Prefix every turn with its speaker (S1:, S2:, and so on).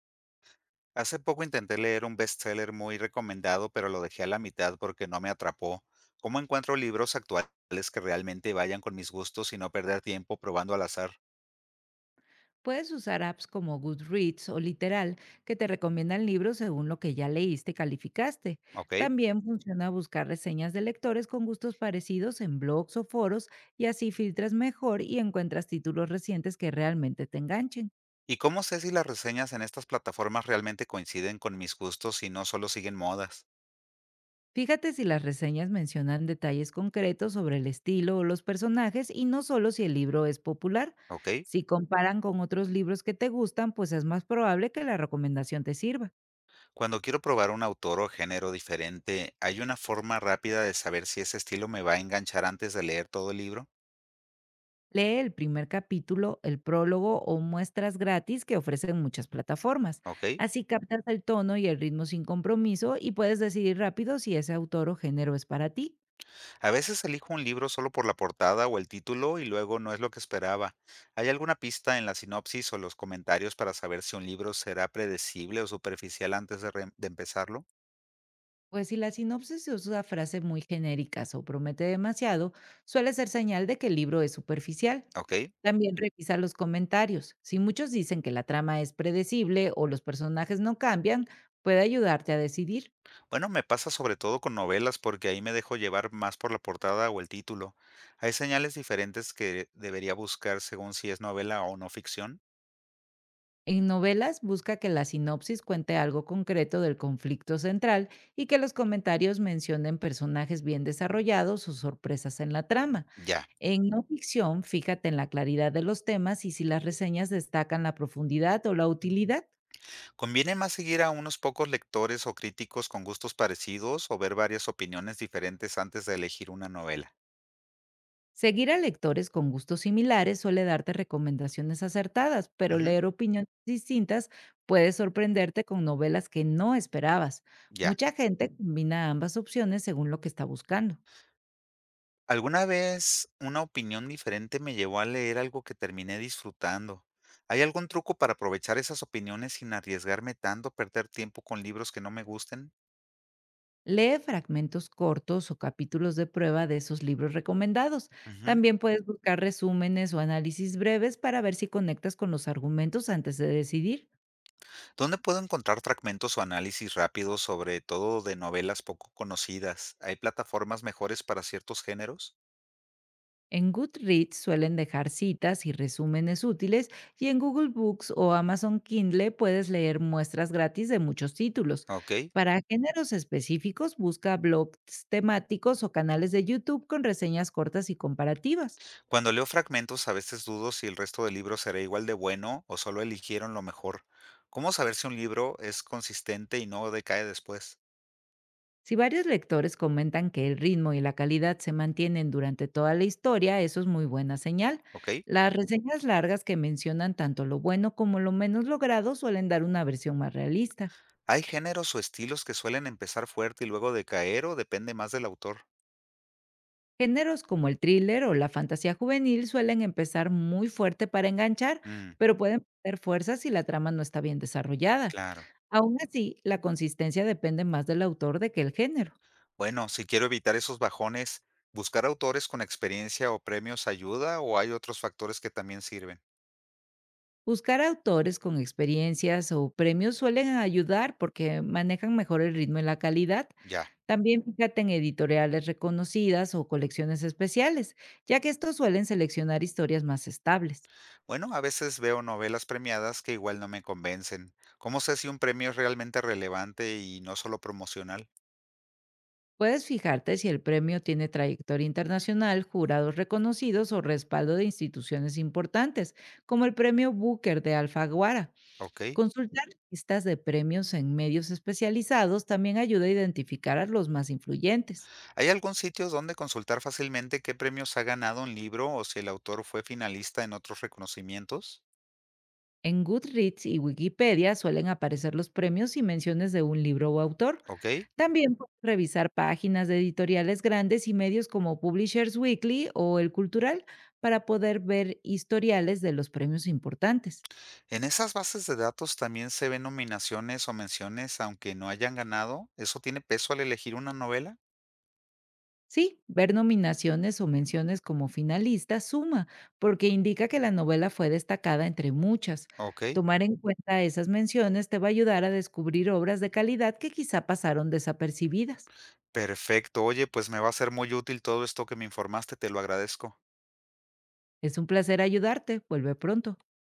S1: Hace poco intenté leer un bestseller muy recomendado, pero lo dejé a la mitad porque no me atrapó. ¿Cómo encuentro libros actuales que realmente vayan con mis gustos y no perder tiempo probando al azar?
S2: Puedes usar apps como Goodreads o Literal que te recomiendan libros según lo que ya leíste y calificaste.
S1: ¿Ok?
S2: También funciona buscar reseñas de lectores con gustos parecidos en blogs o foros, y así filtras mejor y encuentras títulos recientes que realmente te enganchen.
S1: ¿Y cómo sé si las reseñas en estas plataformas realmente coinciden con mis gustos y no solo siguen modas?
S2: Fíjate si las reseñas mencionan detalles concretos sobre el estilo o los personajes y no solo si el libro es popular.
S1: ¿Ok?
S2: Si comparan con otros libros que te gustan, pues es más probable que la recomendación te sirva.
S1: Cuando quiero probar un autor o género diferente, ¿hay una forma rápida de saber si ese estilo me va a enganchar antes de leer todo el libro?
S2: Lee el primer capítulo, el prólogo o muestras gratis que ofrecen muchas plataformas.
S1: ¿Ok?
S2: Así captas el tono y el ritmo sin compromiso, y puedes decidir rápido si ese autor o género es para ti.
S1: A veces elijo un libro solo por la portada o el título y luego no es lo que esperaba. ¿Hay alguna pista en la sinopsis o los comentarios para saber si un libro será predecible o superficial de empezarlo?
S2: Pues si la sinopsis se usa frases muy genéricas o promete demasiado, suele ser señal de que el libro es superficial.
S1: Ok.
S2: También revisa los comentarios. Si muchos dicen que la trama es predecible o los personajes no cambian, puede ayudarte a decidir.
S1: Bueno, me pasa sobre todo con novelas porque ahí me dejo llevar más por la portada o el título. ¿Hay señales diferentes que debería buscar según si es novela o no ficción?
S2: En novelas, busca que la sinopsis cuente algo concreto del conflicto central y que los comentarios mencionen personajes bien desarrollados o sorpresas en la trama.
S1: Ya.
S2: En no ficción, fíjate en la claridad de los temas y si las reseñas destacan la profundidad o la utilidad.
S1: ¿Conviene más seguir a unos pocos lectores o críticos con gustos parecidos o ver varias opiniones diferentes antes de elegir una novela?
S2: Seguir a lectores con gustos similares suele darte recomendaciones acertadas, pero
S1: Ujú.
S2: leer opiniones distintas puede sorprenderte con novelas que no esperabas.
S1: Ya.
S2: Mucha gente combina ambas opciones según lo que está buscando.
S1: Alguna vez una opinión diferente me llevó a leer algo que terminé disfrutando. ¿Hay algún truco para aprovechar esas opiniones sin arriesgarme tanto a perder tiempo con libros que no me gusten?
S2: Lee fragmentos cortos o capítulos de prueba de esos libros recomendados.
S1: Ujú.
S2: También puedes buscar resúmenes o análisis breves para ver si conectas con los argumentos antes de decidir.
S1: ¿Dónde puedo encontrar fragmentos o análisis rápidos, sobre todo de novelas poco conocidas? ¿Hay plataformas mejores para ciertos géneros?
S2: En Goodreads suelen dejar citas y resúmenes útiles, y en Google Books o Amazon Kindle puedes leer muestras gratis de muchos títulos.
S1: Ok.
S2: Para géneros específicos, busca blogs temáticos o canales de YouTube con reseñas cortas y comparativas.
S1: Cuando leo fragmentos, a veces dudo si el resto del libro será igual de bueno o solo eligieron lo mejor. ¿Cómo saber si un libro es consistente y no decae después?
S2: Si varios lectores comentan que el ritmo y la calidad se mantienen durante toda la historia, eso es muy buena señal.
S1: ¿Ok?
S2: Las reseñas largas que mencionan tanto lo bueno como lo menos logrado suelen dar una versión más realista.
S1: ¿Hay géneros o estilos que suelen empezar fuerte y luego decaer o depende más del autor?
S2: Géneros como el thriller o la fantasía juvenil suelen empezar muy fuerte para enganchar,
S1: Mm,
S2: pero pueden perder fuerza si la trama no está bien desarrollada.
S1: claro.
S2: Aún así, la consistencia depende más del autor de que el género.
S1: Bueno, si quiero evitar esos bajones, ¿buscar autores con experiencia o premios ayuda o hay otros factores que también sirven?
S2: Buscar autores con experiencias o premios suelen ayudar, porque manejan mejor el ritmo y la calidad.
S1: Ya.
S2: También fíjate en editoriales reconocidas o colecciones especiales, ya que estos suelen seleccionar historias más estables.
S1: Bueno, a veces veo novelas premiadas que igual no me convencen. ¿Cómo sé si un premio es realmente relevante y no solo promocional?
S2: Puedes fijarte si el premio tiene trayectoria internacional, jurados reconocidos o respaldo de instituciones importantes, como el premio Booker de Alfaguara.
S1: Ok.
S2: Consultar listas de premios en medios especializados también ayuda a identificar a los más influyentes.
S1: ¿Hay algún sitio donde consultar fácilmente qué premios ha ganado un libro o si el autor fue finalista en otros reconocimientos?
S2: En Goodreads y Wikipedia suelen aparecer los premios y menciones de un libro o autor.
S1: Ok.
S2: También puedes revisar páginas de editoriales grandes y medios como Publishers Weekly o El Cultural para poder ver historiales de los premios importantes.
S1: En esas bases de datos también se ven nominaciones o menciones aunque no hayan ganado. ¿Eso tiene peso al elegir una novela?
S2: Sí, ver nominaciones o menciones como finalista suma, porque indica que la novela fue destacada entre muchas.
S1: Ok,
S2: Tomar en cuenta esas menciones te va a ayudar a descubrir obras de calidad que quizá pasaron desapercibidas.
S1: perfecto. Oye, pues me va a ser muy útil todo esto que me informaste, te lo agradezco.
S2: Es un placer ayudarte. Vuelve pronto.